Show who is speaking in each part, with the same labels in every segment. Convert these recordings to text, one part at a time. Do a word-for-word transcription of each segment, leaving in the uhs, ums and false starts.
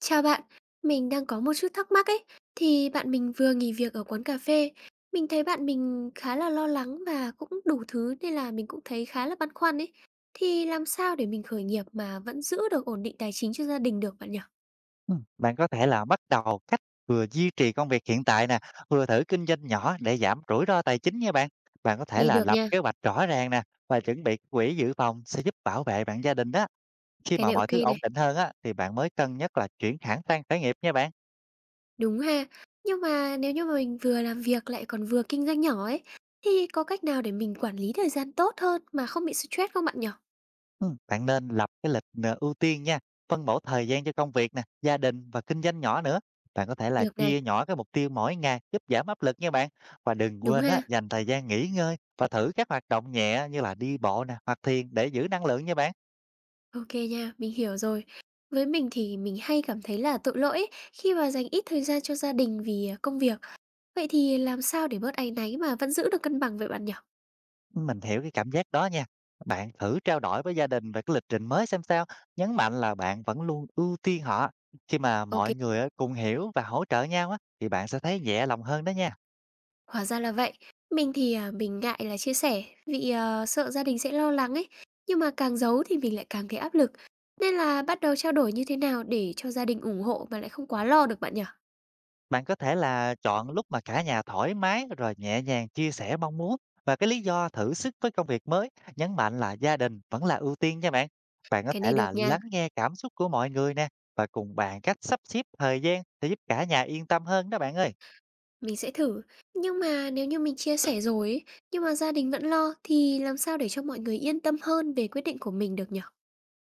Speaker 1: Chào bạn, mình đang có một chút thắc mắc ấy, thì bạn mình vừa nghỉ việc ở quán cà phê. Mình thấy bạn mình khá là lo lắng và cũng đủ thứ nên là mình cũng thấy khá là băn khoăn ấy. Thì làm sao để mình khởi nghiệp mà vẫn giữ được ổn định tài chính cho gia đình được bạn nhỉ?
Speaker 2: Ừm, bạn có thể là bắt đầu cách vừa duy trì công việc hiện tại nè, vừa thử kinh doanh nhỏ để giảm rủi ro tài chính nha bạn. Bạn có thể
Speaker 1: Nghe
Speaker 2: là
Speaker 1: được
Speaker 2: lập
Speaker 1: nha,
Speaker 2: kế hoạch rõ ràng nè và chuẩn bị quỹ dự phòng sẽ giúp bảo vệ bạn gia đình đó. Khi
Speaker 1: cái
Speaker 2: mà
Speaker 1: này
Speaker 2: mọi
Speaker 1: ok
Speaker 2: thứ ổn
Speaker 1: này,
Speaker 2: định hơn á thì bạn mới cân nhắc là chuyển hẳn sang khởi nghiệp nha bạn.
Speaker 1: đúng ha. Nhưng mà nếu như mà mình vừa làm việc lại còn vừa kinh doanh nhỏ ấy, thì có cách nào để mình quản lý thời gian tốt hơn mà không bị stress không bạn nhỉ?
Speaker 2: Ừm, bạn nên lập cái lịch, ờ, ưu tiên nha, phân bổ thời gian cho công việc nè, gia đình và kinh doanh nhỏ nữa. Bạn có thể là
Speaker 1: Được
Speaker 2: chia
Speaker 1: này,
Speaker 2: nhỏ cái mục tiêu mỗi ngày giúp giảm áp lực nha bạn. Và đừng
Speaker 1: đúng
Speaker 2: quên á,
Speaker 1: ha.
Speaker 2: dành thời gian nghỉ ngơi và thử các hoạt động nhẹ như là đi bộ nè, hoặc thiền để giữ năng lượng nha bạn.
Speaker 1: OK nha, mình hiểu rồi. Với mình thì mình hay cảm thấy là tội lỗi ấy, khi mà dành ít thời gian cho gia đình vì, à, công việc. Vậy thì làm sao để bớt áy náy mà vẫn giữ được cân bằng vậy bạn nhỉ?
Speaker 2: Mình hiểu cái cảm giác đó nha. Bạn thử trao đổi với gia đình về cái lịch trình mới xem sao, nhấn mạnh là bạn vẫn luôn ưu tiên họ. Khi mà
Speaker 1: OK,
Speaker 2: mọi người á, cùng hiểu và hỗ trợ nhau á, thì bạn sẽ thấy nhẹ lòng hơn đó nha.
Speaker 1: hóa ra là vậy. Mình thì, à, mình ngại là chia sẻ vì, ờ, sợ gia đình sẽ lo lắng ấy, nhưng mà càng giấu thì mình lại càng thấy áp lực. Nên là bắt đầu trao đổi như thế nào để cho gia đình ủng hộ mà lại không quá lo được bạn nhỉ?
Speaker 2: Bạn có thể là chọn lúc mà cả nhà thoải mái rồi nhẹ nhàng chia sẻ mong muốn và cái lý do thử sức với công việc mới, nhấn mạnh là gia đình vẫn là ưu tiên nha bạn. Bạn có
Speaker 1: Cái
Speaker 2: thể
Speaker 1: này được
Speaker 2: là
Speaker 1: nha.
Speaker 2: lắng nghe cảm xúc của mọi người nè và cùng bạn cách sắp xếp thời gian để giúp cả nhà yên tâm hơn đó bạn ơi.
Speaker 1: Mình sẽ thử, nhưng mà nếu như mình chia sẻ rồi ấy, nhưng mà gia đình vẫn lo thì làm sao để cho mọi người yên tâm hơn về quyết định của mình được nhở?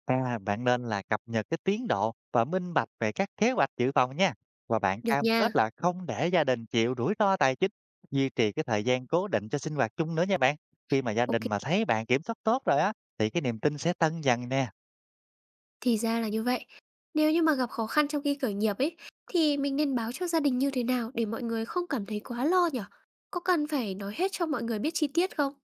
Speaker 2: À, bạn nên là cập nhật cái tiến độ và minh bạch về các kế hoạch dự phòng nha. Và bạn
Speaker 1: Được
Speaker 2: cam kết
Speaker 1: nha.
Speaker 2: là không để gia đình chịu rủi ro tài chính, duy trì cái thời gian cố định cho sinh hoạt chung nữa nha bạn. Khi mà gia đình
Speaker 1: OK,
Speaker 2: mà thấy bạn kiểm soát tốt rồi á, thì cái niềm tin sẽ tăng dần nè.
Speaker 1: thì ra là như vậy. Nếu như mà gặp khó khăn trong khi khởi nghiệp ấy thì mình nên báo cho gia đình như thế nào để mọi người không cảm thấy quá lo nhở? Có cần phải nói hết cho mọi người biết chi tiết không?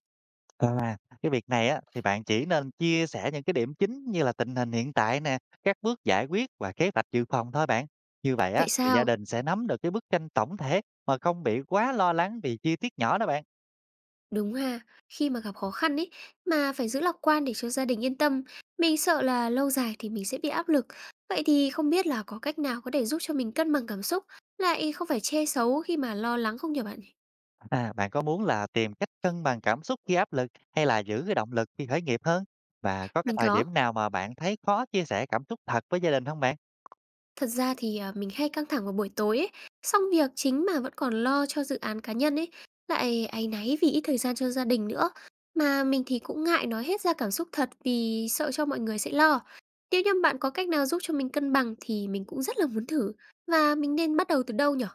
Speaker 2: À, cái việc này á, thì bạn chỉ nên chia sẻ những cái điểm chính như là tình hình hiện tại nè, các bước giải quyết và kế hoạch dự phòng thôi bạn. Như vậy á,
Speaker 1: Vậy
Speaker 2: thì gia
Speaker 1: sao?
Speaker 2: đình sẽ nắm được cái bức tranh tổng thể mà không bị quá lo lắng vì chi tiết nhỏ đó bạn.
Speaker 1: Đúng ha, khi mà gặp khó khăn ấy mà phải giữ lạc quan để cho gia đình yên tâm, mình sợ là lâu dài thì mình sẽ bị áp lực. Vậy thì không biết là có cách nào có thể giúp cho mình cân bằng cảm xúc, lại không phải che giấu khi mà lo lắng không nhỉ bạn? nhỉ?
Speaker 2: À, bạn có muốn là tìm cách cân bằng cảm xúc khi áp lực hay là giữ cái động lực khi khởi nghiệp hơn? Và có cái
Speaker 1: Mình
Speaker 2: thời
Speaker 1: có.
Speaker 2: điểm nào mà bạn thấy khó chia sẻ cảm xúc thật với gia đình không bạn?
Speaker 1: Thật ra thì, à, mình hay căng thẳng vào buổi tối ấy, xong việc chính mà vẫn còn lo cho dự án cá nhân ấy, lại áy náy vì ít thời gian cho gia đình nữa. Mà mình thì cũng ngại nói hết ra cảm xúc thật vì sợ cho mọi người sẽ lo. Nếu như bạn có cách nào giúp cho mình cân bằng thì mình cũng rất là muốn thử, và mình nên bắt đầu từ đâu nhở.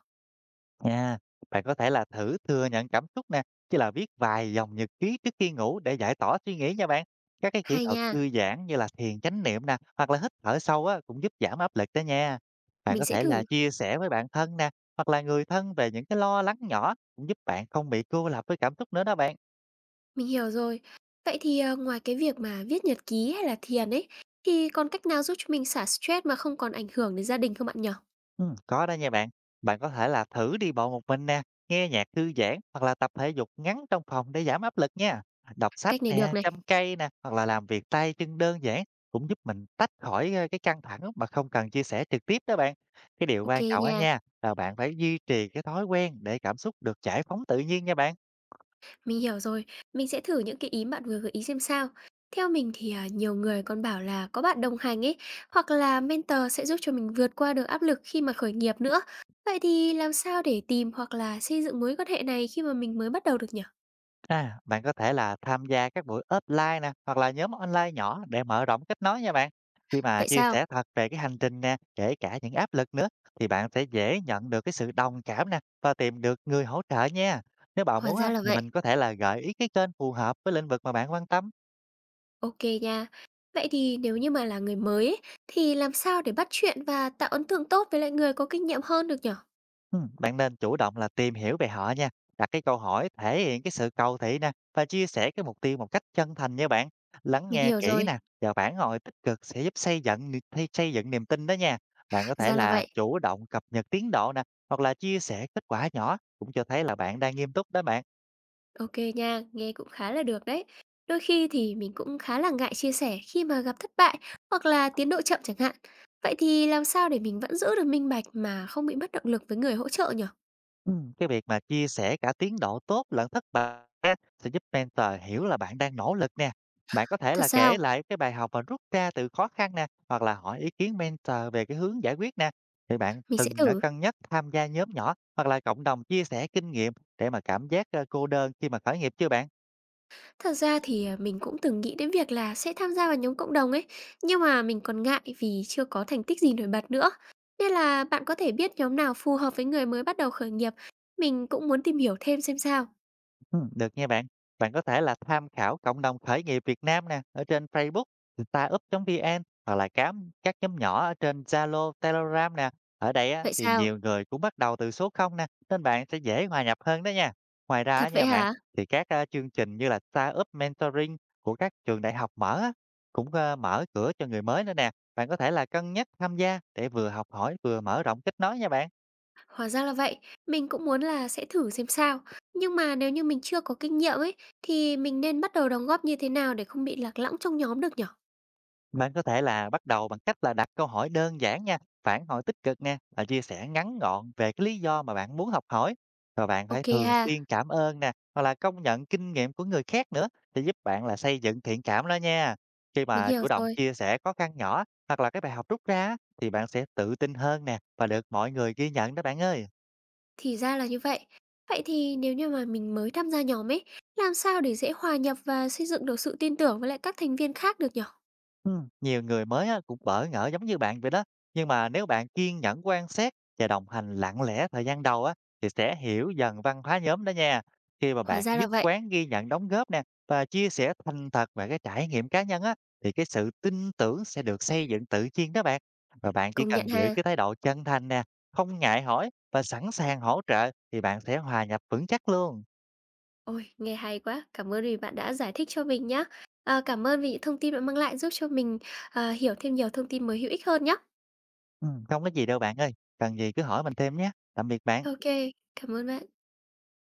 Speaker 2: Nha, bạn có thể là thử thừa nhận cảm xúc nè, như là viết vài dòng nhật ký trước khi ngủ để giải tỏa suy nghĩ nha bạn. Các cái kỹ
Speaker 1: Hay
Speaker 2: thuật
Speaker 1: nha,
Speaker 2: thư giãn như là thiền chánh niệm nè, hoặc là hít thở sâu á, cũng giúp giảm áp lực đó nha. Bạn
Speaker 1: mình
Speaker 2: có
Speaker 1: sẽ
Speaker 2: thể là
Speaker 1: thử.
Speaker 2: chia sẻ với bạn thân nè, hoặc là người thân về những cái lo lắng nhỏ cũng giúp bạn không bị cô lập với cảm xúc nữa đó bạn.
Speaker 1: Mình hiểu rồi. Vậy thì, ờ, ngoài cái việc mà viết nhật ký hay là thiền ấy, thì còn cách nào giúp cho mình xả stress mà không còn ảnh hưởng đến gia đình không bạn nhỉ?
Speaker 2: Ừm, có đó nha bạn. Bạn có thể là thử đi bộ một mình nè, nghe nhạc thư giãn hoặc là tập thể dục ngắn trong phòng để giảm áp lực nha. Đọc sách
Speaker 1: Cách này
Speaker 2: nè,
Speaker 1: được này,
Speaker 2: chăm cây nè, hoặc là làm việc tay chân đơn giản cũng giúp mình tách khỏi ờ, cái căng thẳng mà không cần chia sẻ trực tiếp đó bạn. Cái điều
Speaker 1: ok
Speaker 2: quan trọng đó
Speaker 1: nha.
Speaker 2: nha là bạn phải duy trì cái thói quen để cảm xúc được giải phóng tự nhiên nha bạn.
Speaker 1: Mình hiểu rồi, mình sẽ thử những cái ý bạn vừa gợi ý xem sao. Theo mình thì, à, nhiều người còn bảo là có bạn đồng hành ấy, hoặc là mentor sẽ giúp cho mình vượt qua được áp lực khi mà khởi nghiệp nữa. Vậy thì làm sao để tìm hoặc là xây dựng mối quan hệ này khi mà mình mới bắt đầu được nhỉ?
Speaker 2: À, bạn có thể là tham gia các buổi offline nè hoặc là nhóm online nhỏ để mở rộng kết nối nha bạn. Khi mà
Speaker 1: Vậy
Speaker 2: chia
Speaker 1: sao?
Speaker 2: sẻ thật về cái hành trình nè, kể cả những áp lực nữa thì bạn sẽ dễ nhận được cái sự đồng cảm nè và tìm được người hỗ trợ nha. Nếu bạn
Speaker 1: Hóa
Speaker 2: muốn
Speaker 1: ra
Speaker 2: á,
Speaker 1: là
Speaker 2: thì
Speaker 1: vậy.
Speaker 2: mình có thể là gợi ý cái kênh phù hợp với lĩnh vực mà bạn quan tâm.
Speaker 1: Ok nha. Vậy thì nếu như mà là người mới ấy, thì làm sao để bắt chuyện và tạo ấn tượng tốt với lại người có kinh nghiệm hơn được nhỉ?
Speaker 2: Ừm, bạn nên chủ động là tìm hiểu về họ nha, đặt cái câu hỏi thể hiện cái sự cầu thị nè và chia sẻ cái mục tiêu một cách chân thành nha bạn. Lắng
Speaker 1: Mình
Speaker 2: nghe
Speaker 1: hiểu
Speaker 2: kỹ
Speaker 1: rồi,
Speaker 2: nè và phản hồi tích cực sẽ giúp xây dựng ni- thi- xây dựng niềm tin đó nha. Bạn có thể
Speaker 1: ra là
Speaker 2: là
Speaker 1: vậy.
Speaker 2: chủ động cập nhật tiến độ nè hoặc là chia sẻ kết quả nhỏ cũng cho thấy là bạn đang nghiêm túc đó bạn.
Speaker 1: OK nha, nghe cũng khá là được đấy. Đôi khi thì mình cũng khá là ngại chia sẻ khi mà gặp thất bại hoặc là tiến độ chậm chẳng hạn. Vậy thì làm sao để mình vẫn giữ được minh bạch mà không bị mất động lực với người hỗ trợ nhỉ?
Speaker 2: Ừm, cái việc mà chia sẻ cả tiến độ tốt lẫn thất bại á, sẽ giúp mentor hiểu là bạn đang nỗ lực nè. Bạn có thể
Speaker 1: Thật
Speaker 2: là kể
Speaker 1: sao?
Speaker 2: lại cái bài học và rút ra từ khó khăn nè, hoặc là hỏi ý kiến mentor về cái hướng giải quyết nè. Thì bạn
Speaker 1: Mình sẽ
Speaker 2: từng đã
Speaker 1: thử.
Speaker 2: cân nhắc tham gia nhóm nhỏ hoặc là cộng đồng chia sẻ kinh nghiệm để mà cảm giác ờ, cô đơn khi mà khởi nghiệp chưa bạn?
Speaker 1: Thật ra thì, à, mình cũng từng nghĩ đến việc là sẽ tham gia vào nhóm cộng đồng ấy, nhưng mà mình còn ngại vì chưa có thành tích gì nổi bật nữa. Nên là bạn có thể biết nhóm nào phù hợp với người mới bắt đầu khởi nghiệp, mình cũng muốn tìm hiểu thêm xem sao.
Speaker 2: Ừm, được nha bạn. Bạn có thể là tham khảo cộng đồng khởi nghiệp Việt Nam nè, ở trên facebook, startup chấm vn hoặc là cám các nhóm nhỏ ở trên da lô, Telegram nè. Ở đây á,
Speaker 1: Vậy
Speaker 2: thì
Speaker 1: sao?
Speaker 2: nhiều người cũng bắt đầu từ số không nè, nên bạn sẽ dễ hòa nhập hơn đó nha. Ngoài ra á
Speaker 1: Thật vậy
Speaker 2: nha bạn,
Speaker 1: hả?
Speaker 2: thì các ờ, chương trình như là Startup Mentoring của các trường đại học mở á, cũng ờ, mở cửa cho người mới nữa nè. Bạn có thể là cân nhắc tham gia để vừa học hỏi vừa mở rộng kết nối nha bạn.
Speaker 1: Hóa ra là vậy, mình cũng muốn là sẽ thử xem sao. Nhưng mà nếu như mình chưa có kinh nghiệm ấy, thì mình nên bắt đầu đóng góp như thế nào để không bị lạc lõng trong nhóm được nhở?
Speaker 2: Bạn có thể là bắt đầu bằng cách là đặt câu hỏi đơn giản nha, phản hồi tích cực nè và chia sẻ ngắn gọn về cái lý do mà bạn muốn học hỏi. Và bạn phải
Speaker 1: Ok
Speaker 2: thường
Speaker 1: ha,
Speaker 2: xuyên cảm ơn nè, hoặc là công nhận kinh nghiệm của người khác nữa để giúp bạn là xây dựng thiện cảm đó nha. Khi
Speaker 1: mình
Speaker 2: mà
Speaker 1: hiểu
Speaker 2: chủ động
Speaker 1: rồi,
Speaker 2: chia sẻ khó khăn nhỏ hoặc là cái bài học rút ra á, thì bạn sẽ tự tin hơn nè và được mọi người ghi nhận đó bạn ơi.
Speaker 1: thì ra là như vậy. Vậy thì nếu như mà mình mới tham gia nhóm ấy, làm sao để dễ hòa nhập và xây dựng được sự tin tưởng với lại các thành viên khác được nhở?
Speaker 2: Ừm, nhiều người mới á, cũng bỡ ngỡ giống như bạn vậy đó. Nhưng mà nếu bạn kiên nhẫn quan sát và đồng hành lặng lẽ thời gian đầu á, thì sẽ hiểu dần văn hóa nhóm đó nha. Khi mà
Speaker 1: Hóa
Speaker 2: bạn
Speaker 1: ra là
Speaker 2: nhất
Speaker 1: vậy,
Speaker 2: quán ghi nhận đóng góp nè và chia sẻ thành thật về cái trải nghiệm cá nhân á, thì cái sự tin tưởng sẽ được xây dựng tự nhiên đó bạn. Và bạn chỉ
Speaker 1: công nhận
Speaker 2: cần giữ
Speaker 1: ha.
Speaker 2: cái thái độ chân thành nè, không ngại hỏi và sẵn sàng hỗ trợ thì bạn sẽ hòa nhập vững chắc luôn.
Speaker 1: Ôi, nghe hay quá, cảm ơn vì bạn đã giải thích cho mình nhá. À, cảm ơn vì những thông tin bạn mang lại giúp cho mình à, hiểu thêm nhiều thông tin mới hữu ích hơn nhá.
Speaker 2: Ừm, không có gì đâu bạn ơi, cần gì cứ hỏi mình thêm nhé. Tạm biệt bạn.
Speaker 1: Ok, cảm ơn bạn.